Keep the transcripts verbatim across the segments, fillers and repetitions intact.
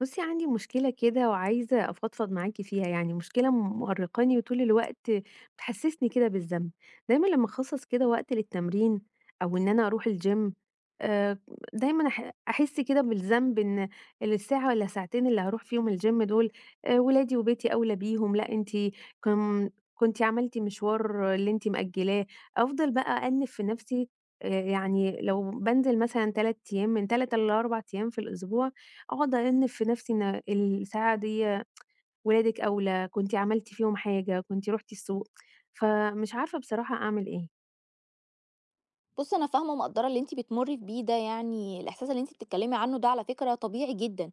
بُصّي، عندي مشكلة كده وعايزة أفضفض معاكِ فيها، يعني مشكلة مأرّقاني وطول الوقت بتحسّسني كده بالذنب. دايمًا لمّا أخصّص كده وقت للتمرين أو إن أنا أروح الgym، آآ، دايمًا أح أحس كده بالذنب إن الساعة والّا ساعتين اللي هاروح فيهم الgym دول، آآ، ولادي وبيتي أولى بيهم، لأ أنتِ كن كنتِ عملتِ مشوار اللي أنتِ مأجلاه. أفضل بقى أأنِّب في نفسي. آآ، يعني لو بانزل مثلًا ثلاثة أيام، من ثلاثة ل4 أيام في الأسبوع، أقعد أأنِّب في نفسي إن الساعة دي ولادِك أولى، كنتِ عملتِ فيهم حاجة، كنتِ رُحتِ السوق، فمش عارفة بصراحة أعمل إيه. بُصّي، أنا فاهمة ومقدّرة اللي أنتِ بتمُرّي بيه ده يعني الإحساس اللي أنتِ بتتكلّمي عنه ده على فكرة طبيعي جدًا،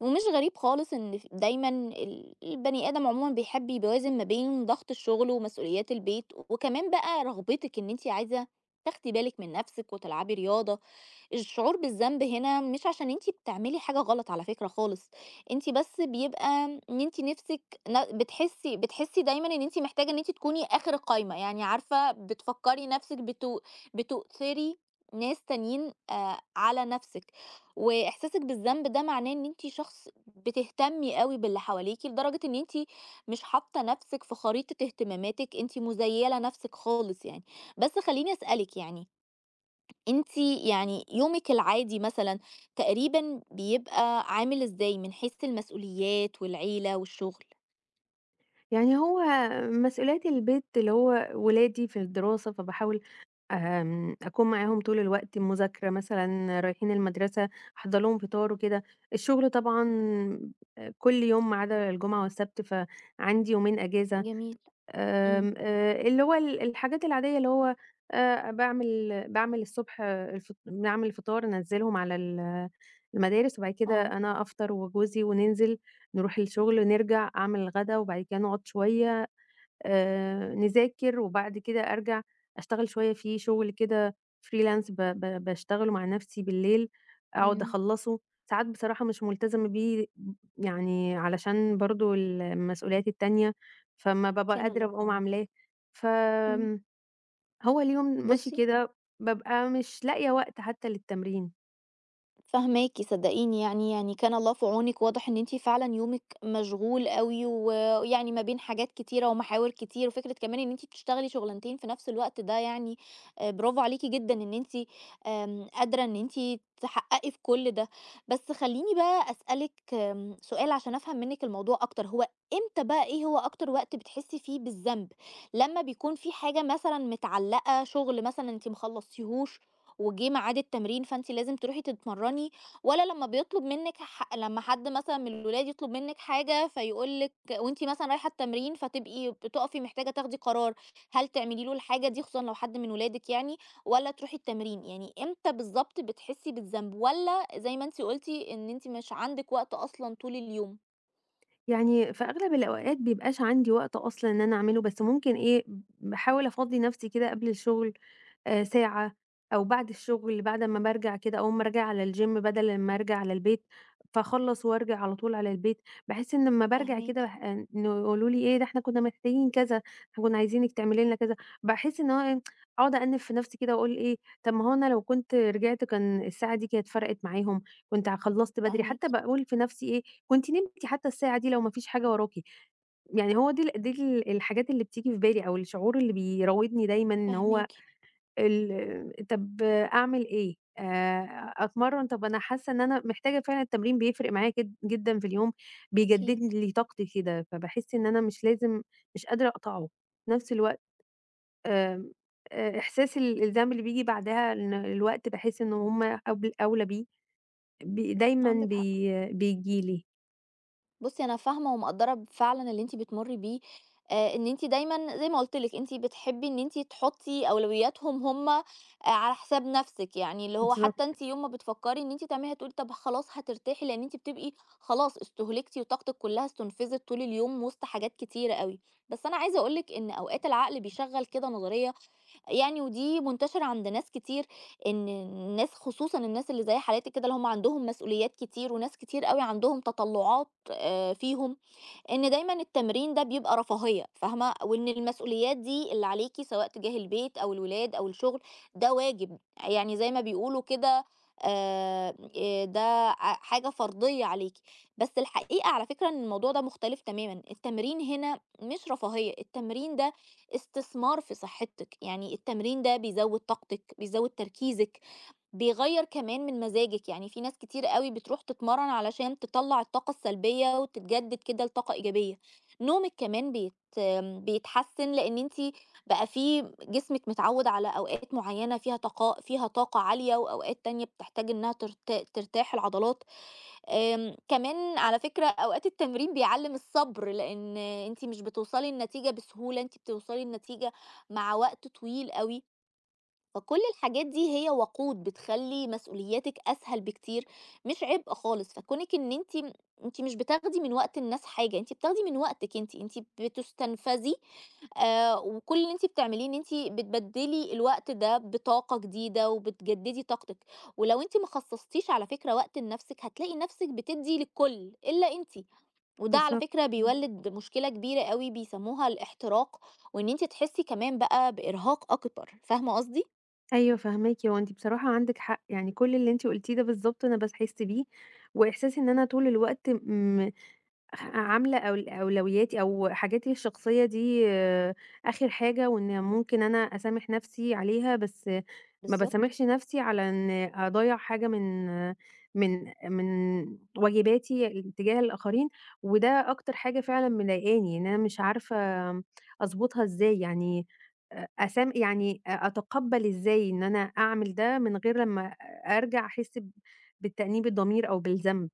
ومش غريب خالص إن ف دايمًا ال البني آدم عمومًا بيحب يوازن ما بين ضغط الشغل ومسؤوليات البيت، وكمان بقى رغبتِك إن أنتِ عايزة تاخدي بالِك من نَفْسِك وتلعبي رياضة، الشعور بالذنب هنا مش عشان أنتِ بتعملي حاجة غلط على فكرة خالص، أنتِ بس بيبقى إن أنتِ نِفسِك ن بتحسي بتحسي دايمًا إن أنتِ محتاجة إن أنتِ تكوني آخر القايمة، يعني عارفة بتفكّري نَفسِك بتو بتؤثري ناس تانيين آآ على نَفسِك، وإحساسِك بالذنب ده معناه إن أنتِ شخص بتهتمي أوي باللي حواليكِ لدرجة إن أنتِ مش حاطة نَفسِك في خريطة اهتماماتِك، أنتِ مُزيّلة نَفسِك خالص يعني. بس خلّيني أسألِك يعني أنتِ يعني يومِك العادي مثلًا تقريبًا بيبقى عامل إزاي من حيث المسؤوليات والعيلة والشغل؟ يعني هو مسؤوليات البيت اللي هو ولادي في الدراسة، فباحاول آمم، أكون معاهم طول الوقت، المذاكرة مثلًا، رايحين المدرسة، أحضّر لهم فطار وكده. الشغل طبعًا آه، كل يوم ما عدا الجمعة والسبت، فعندي يومين أجازة. جميل، إمم، آمم، آآ، اللي هو ال الحاجات العادية اللي هو، آآ، باعمل باعمل الصبح، آه، الفط باعمل الفطار أنزّلهم على ال المدارس، وبعد كده آه، أنا أفطر وجوزي وننزل نروح الشغل، نرجع أعمل الغدا، وبعد كده نقعد شوية آآ نذاكر، وبعد كده أرجع أشتغل شوية في شغل كده freelance، ب ب باشتغله مع نفسي بالليل، أقعد إمم، أخلّصه، ساعات بصراحة مش ملتزمة بيه يعني علشان برضه المسؤوليات التانية، فأمّا بابقى كان الله قادرة في باقوم عونِك، عاملاه. إمم. فآمم هو اليوم ماشي بُصي كده، بابقى مش لاقية وقت حتى للتمرين. فاهماكِ صدقيني يعني، يعني كان الله في عونِك، واضح إن أنتِ فعلًا يومِك مشغول أوي، و ويعني ما بين حاجات كتيرة ومحاور كتير، وفكرة كمان إن أنتِ بتشتغلي شغلانتين في نفس الوقت ده يعني آآ برافو عليكِ جدًا إن أنتِ آمم قادرة إن أنتِ تحققي في كل ده. بس خلّيني بقى أسألِك آمم سؤال عشان أفهم منِك الموضوع أكتر، هو إمتى بقى إيه هو أكتر وقت بتحسي فيه بالذنب؟ لمّا بيكون في حاجة مثلًا متعلقة، شغل مثلًا أنتِ ما خلصتيهوش، وجه ميعاد التمرين فأنتِ لازم تروحي تتمرّني، والّا لمّا بيطلب منِّك ح لمّا حد مثلًا من الولاد يطلب منِّك حاجة فيقول لِك وأنتِ مثلًا رايحة التمرين فتبقي بتُقفي محتاجة تاخدي قرار، هل تعملي له الحاجة دي خصوصًا لو حد من ولادِك يعني والّا تروحي التمرين؟ يعني إمتى بالضبط بتحسّي بالذنب والّا زي ما أنتِ قُلتِ إن أنتِ مش عندِك وقت أصلًا طول اليوم؟ يعني في أغلب الأوقات بيبقاش عندي وقت أصلًا إن أنا أعمله، بس ممكن إيه، باحاول أفضّي نفسي كده قبل الشغل آآ ساعة، أو بعد الشغل بعد أمّا بارجع كده أول ما أرجع على الgym بدل ما أرجع على البيت، فاخلّص وأرجع على طول على البيت. باحس إن أمّا بارجع فاهماكِ، كده باح إنه يقولوا لي إيه ده، إحنا كنا محتاجين كذا، إحنا كنا عايزينِك تعملي لنا كذا، باحس إن هو إيه، أقعد أأنِّب في نفسي كده وأقول إيه، طب ما هو أنا لو كنت رجعت كان الساعة دي كانت فرقت معاهم، كنت ع خلّصت بدري، فاهماكِ، حتى باقول في نفسي إيه، كنتِ نمتِ حتى الساعة دي لو ما فيش حاجة وراكِ. يعني هو دي ال دي ال الحاجات اللي بتيجي في بالي أو الشعور اللي بيراودني دايمًا إن هو، فاهماكِ، ال طب أعمل إيه؟ آآ أتمرّن، طب أنا حاسة إن أنا محتاجة فعلًا التمرين بيفرق معايا جد جدًا في اليوم، أكيد، بيجدد لي طاقتي كده، فباحس إن أنا مش لازم، مش قادرة أقطعه. في نفس الوقت، آمم آآ إحساس ال الذنب اللي بييجي بعدها إن الوقت، باحس إن هم أول أولى بيه، بي دايمًا عندِك حق. بي بييجي لي. بُصّي، أنا فاهمة ومقدّرة فعلًا اللي أنتِ بتمُرّي بيه، آآ إن أنتِ دايمًا زي ما قُلت لِك، أنتِ بتحبّي إن أنتِ تحُطّي أولوياتهم هم آآ على حساب نَفْسِك، يعني اللي هو بالضبط، حتى أنتِ يوم ما بتفكّري إن أنتِ تعملي هتقولي طَب خلاص هترتاحي، لإن أنتِ بتبقي خلاص استُهلكتِ وطاقتِك كُلّها استُنفذت طول اليوم وِسط حاجات كتيرة أوي. بس أنا عايزة أقول لِك إن أوقات العقل بيشغّل كده نظرية يعني ودي منتشرة عند ناس كتير إن الناس خصوصًا الناس اللي زي حالاتي كده اللي هم عندهم مسؤوليات كتير وناس كتير أوي عندهم تطلعات آآ فيهم، إن دايمًا التمرين ده بيبقى رفاهية فاهمة، وإن المسؤوليات دي اللي عليكِ سواء تجاه البيت أو الولاد أو الشغل ده واجب، يعني زي ما بيقولوا كده آآ آآ ده ع حاجة فرضية عليكِ، بس الحقيقة على فكرة إن الموضوع ده مختلف تمامًا، التمرين هنا مش رفاهية، التمرين ده استثمار في صحتِك، يعني التمرين ده بيزوّد طاقتِك، بيزوّد تركيزِك. بيغيّر كمان من مزاجِك، يعني في ناس كتير أوي بتروح تتمرّن علشان تطلّع الطاقة السلبية وتتجدد كده لطاقة إيجابية، نومِك كمان بيت بيتحسّن لإن أنتِ بقى في جسمِك متعوّد على أوقات معيّنة فيها طاقة فيها طاقة عالية وأوقات تانية بتحتاج إنها ترت ترتاح العضلات، آمم، كمان على فكرة أوقات التمرين بيعلّم الصبر، لإن أنتِ مش بتوصلي لنتيجة بسهولة، أنتِ بتوصلي لنتيجة مع وقت طويل أوي، فكل الحاجات دي هي وقود بتخلّي مسؤولياتِك أسهل بكتير، مش عبء خالص، فكونِك إن أنتِ م أنتِ مش بتاخدي من وقت الناس حاجة، أنتِ بتاخدي من وقتِك أنتِ، أنتِ بتُستنفذي آآ وكل اللي أنتِ بتعمليه إن أنتِ بتبدّلي الوقت ده بطاقة جديدة وبتجدّدي طاقتِك، ولو أنتِ ما خصصتيش على فكرة وقت لنفسِك، هتلاقي نفسِك بتدّي للكل إلا أنتِ، وده على بالضبط، فكرة إمم. بيولِّد مشكلة كبيرة أوي بيسموها الاحتراق، وإن أنتِ تحسّي كمان بقى بإرهاق أكبر، فاهمة قصدي؟ أيوه فاهماكِ، هو أنتِ بصراحة عندِك حق، يعني كل اللي أنتِ قُلتيه ده بالضبط أنا باحس بيه، وإحساس إن أنا طول الوقت م عاملة أول أولوياتي أو حاجاتي الشخصية دي آه، آخر حاجة، وإن ممكن أنا أسامح نفسي عليها، بس ما بالضبط. باسامحش نفسي على إن أضيّع حاجة من من من واجباتي تجاه الآخرين، وده أكتر حاجة فعلًا مضايقاني، إن أنا مش عارفة أضبطها إزاي، يعني أ أسام يعني أ أتقبّل إزاي إن أنا أعمل ده من غير لمّا أرجع أحس ب بتأنيب الضمير أو بالذنب؟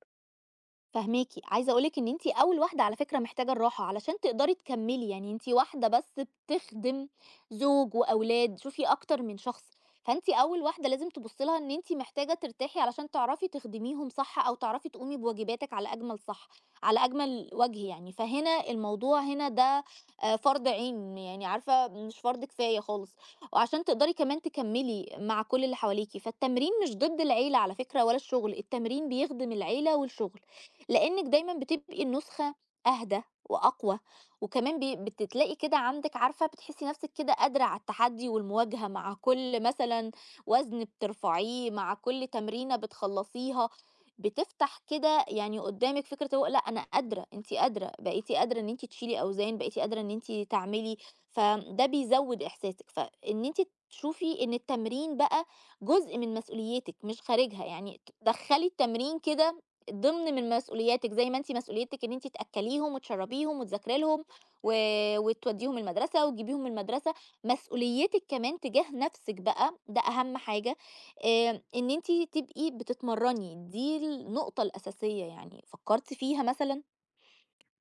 فاهماكِ، عايزة أقول لِك إن أنتِ أول واحدة على فكرة محتاجة الراحة، علشان تقدري تكمّلي، يعني أنتِ واحدة بس بتخدم زوج وأولاد، شوفي أكتر من شخص، فأنتِ أول واحدة لازم تبُصّي لها إن أنتِ محتاجة ترتاحي علشان تعرفي تخدميهم صح، أو تعرفي تقومي بواجباتِك على أجمل صح على أجمل وجه يعني، فهنا الموضوع هنا ده آآ فرض عين يعني عارفة مش فرض كفاية خالص، وعشان تقدري كمان تكمّلي مع كل اللي حواليكِ، فالتمرين مش ضد العيلة على فكرة ولا الشغل، التمرين بيخدم العيلة والشغل. لأنِك دايمًا بتبقي النسخة أهدى وأقوى، وكمان بي بتتلاقي كده عندِك عارفة بتحسّي نفسِك كده قادرة على التحدي والمواجهة مع كل مثلًا وزن بترفعيه، مع كل تمرينة بتخلّصيها، بتفتح كده يعني قدّامِك فكرة هو لأ أنا قادرة، أنتِ قادرة، بقيتِ قادرة إن أنتِ تشيلي أوزان، بقيتِ قادرة إن أنتِ تعملي، فده بيزوّد إحساسِك، فإن أنتِ تشوفي إن التمرين بقى جزء من مسؤوليتِك مش خارجها، يعني تدخّلي التمرين كده ضمن من مسؤولياتِك، زي ما أنتِ مسؤوليتِك إن أنتِ تأكّليهم وتشرّبيهم وتذاكري لهم و وتودّيهم المدرسة وتجيبيهم من المدرسة، مسؤوليتِك كمان تجاه نَفْسِك بقى، ده أهَم حاجة، آآ إن أنتِ تبقي بتتمرّني، دي النقطة الأساسية يعني، فكّرتِ فيها مثلًا؟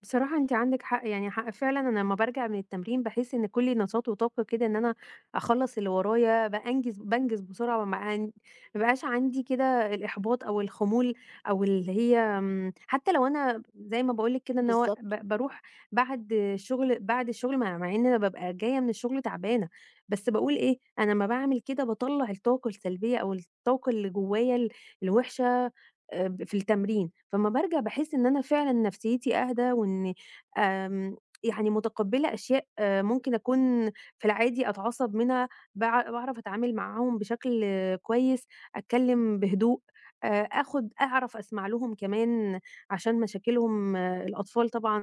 بصراحة أنتِ عندِك حق، يعني حق فعلًا أنا لمّا بارجع من التمرين باحس إن كُلّي نشاط وطاقة كده، إن أنا أخلّص اللي ورايا، بأنجز بانجز بسرعة، ما عن ما بقاش عندي كده الإحباط أو الخمول، أو اللي هي آمم، حتى لو أنا زي ما باقول لِك كده إن هو بالضبط، ب باروح بعد الشغل بعد الشغل مع مع إن أنا بابقى جاية من الشغل تعبانة، بس باقول إيه، أنا أمّا باعمل كده باطلّع الطاقة السلبية أو الطاقة اللي جوايا ال الوحشة آآ ب في التمرين، فأمّا بارجع باحس إن أنا فعلًا نفسيتي أهدى، وإن آمم يعني متقبّلة أشياء آه، ممكن أكون في العادي أتعصب منها، باع باعرف أتعامل معاهم بشكل آه، كويس، أتكلّم بهدوء، آآ آخُد أعرف أسمع لهم كمان عشان مشاكلهم، آه، الأطفال طبعًا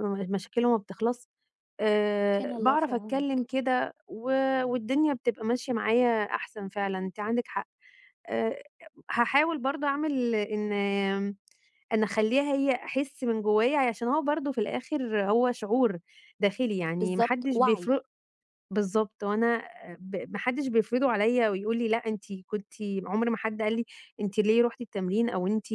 م مشاكلهم ما بتخلص، كان آآ الله في باعرف أتكلّم عونِك. كده و والدنيا بتبقى ماشية معايا أحسن فعلًا، أنتِ عندِك حق. آآ هاحاول برضه أعمل إن، آمم، إن أخلّيها هي أحس من جوايا، عشان هو برضه في الآخر هو شعور داخلي، يعني ما بالضبط، حدّش وَعْي. بيفرُ بالضبط، وأنا، ب ما حدش بيفرضه عليَّ ويقول لي لأ أنتِ كنتِ، عُمر ما حد قال لي أنتِ ليه رُحتِ التمرين، أو أنتِ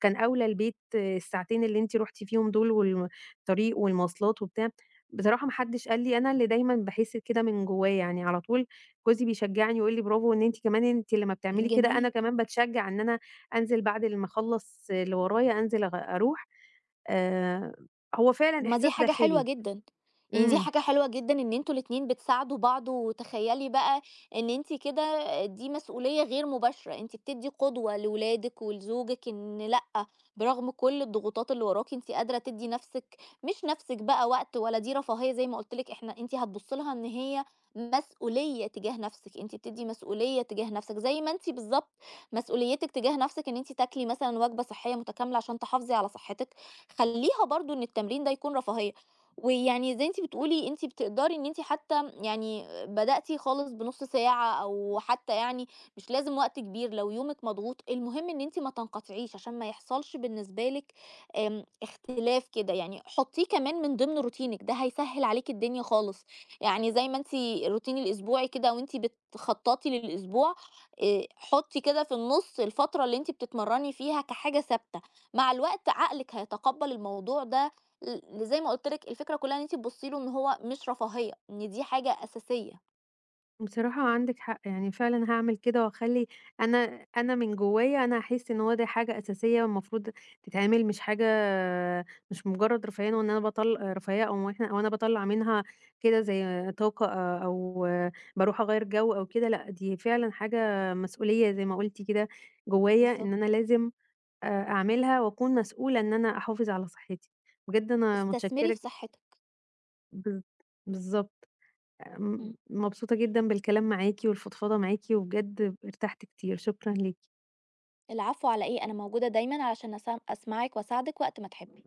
كان أولى البيت الساعتين اللي أنتِ رُحتِ فيهم دول والم الطريق والمواصلات وبتاع. بصراحة ما حدش قال لي، أنا اللي دايمًا باحس كده من جوايا، يعني على طول جوزي بيشجعني ويقول لي برافو، إن أنتِ كمان أنتِ لمّا بتعملي كده جميل. أنا كمان باتشجع إن أنا أنزل بعد ال ما أخلّص اللي ورايا، أنزل أغ أروح. آآ هو طب فعلًا ما دي إحساس حاجة حلوة داخلي، جدًا، يعني دي إمم. حاجة حلوة جدًا إن أنتم الاتنين بتساعدوا بعض، وتخيّلي بقى إن أنتِ كده دي مسؤولية غير مباشرة، أنتِ بتدّي قدوة لولادِك ولزوجِك إن لأ، برغم كل الضغوطات اللي وراكِ أنتِ قادرة تدّي نَفْسِك مش نَفْسِك بقى وقت ولا دي رفاهية زي ما قُلت لِك إحنا أنتِ هتبُصّي لها إن هي مسؤولية تجاه نَفْسِك، أنتِ بتدّي مسؤولية تجاه نَفْسِك، زي ما أنتِ بالضبط مسؤوليتِك تجاه نَفْسِك إن أنتِ تاكلي مثلًا وجبة صحّية متكاملة عشان تحافظي على صحتِك. خلّيها برضه إن التمرين ده يكون رفاهية، ويعني زي أنتِ بتقولي أنتِ بتقدري إن أنتِ حتى يعني بدأتِ خالص بنُص ساعة أو حتى يعني مش لازم وقت كبير، لو يومِك مضغوط المهم إن أنتِ ما تنقطعيش عشان ما يحصلش بالنسبة لِك آمم، اختلاف كده، يعني حطّيه كمان من ضمن روتينِك، ده هيسهّل عليكِ الدنيا خالص، يعني زي ما أنتِ الروتين الأسبوعي كده وأنتِ بتخطّطي للأسبوع آآ، حطّي كده في النُص الفترة اللي أنتِ بتتمرّني فيها كحاجة ثابتة. مع الوقت عقلِك هيتقبّل الموضوع ده ل زي ما قُلت لِك الفكرة كلّها إن أنتِ تبُصّي له إن هو مش رفاهية، إن دي حاجة أساسية. بصراحة عندِك حق، يعني فعلًا هاعمل كده وأخلّي أنا أنا من جوايا أنا هاحس إن هو دي حاجة أساسية المفروض تتعمل، مش حاجة مش مجرد رفاهية، وإن أنا باطل رفاهية، أو إحنا أو أنا باطلّع منها كده زي طاقة، أ أو باروح أغيّر جو أو كده، لأ دي فعلًا حاجة مسؤولية زي ما قُلتِ كده جوايا، إن أنا بالضبط. لازم آآ أعملها وأكون مسؤولة إن أنا أحافظ على صحتي. بجد أنا استثمري متشكرة، في ج صحتِك. بالض بالضبط. آمم، إمم. مبسوطة جدًا بالكلام معاكِ والفضفضة معاكِ، وبجد ارتحت كتير، شكرًا ليكِ. العفو على إيه، أنا موجودة دايمًا علشان أسا أسمعِك وأساعدِك وقت ما تحبّي.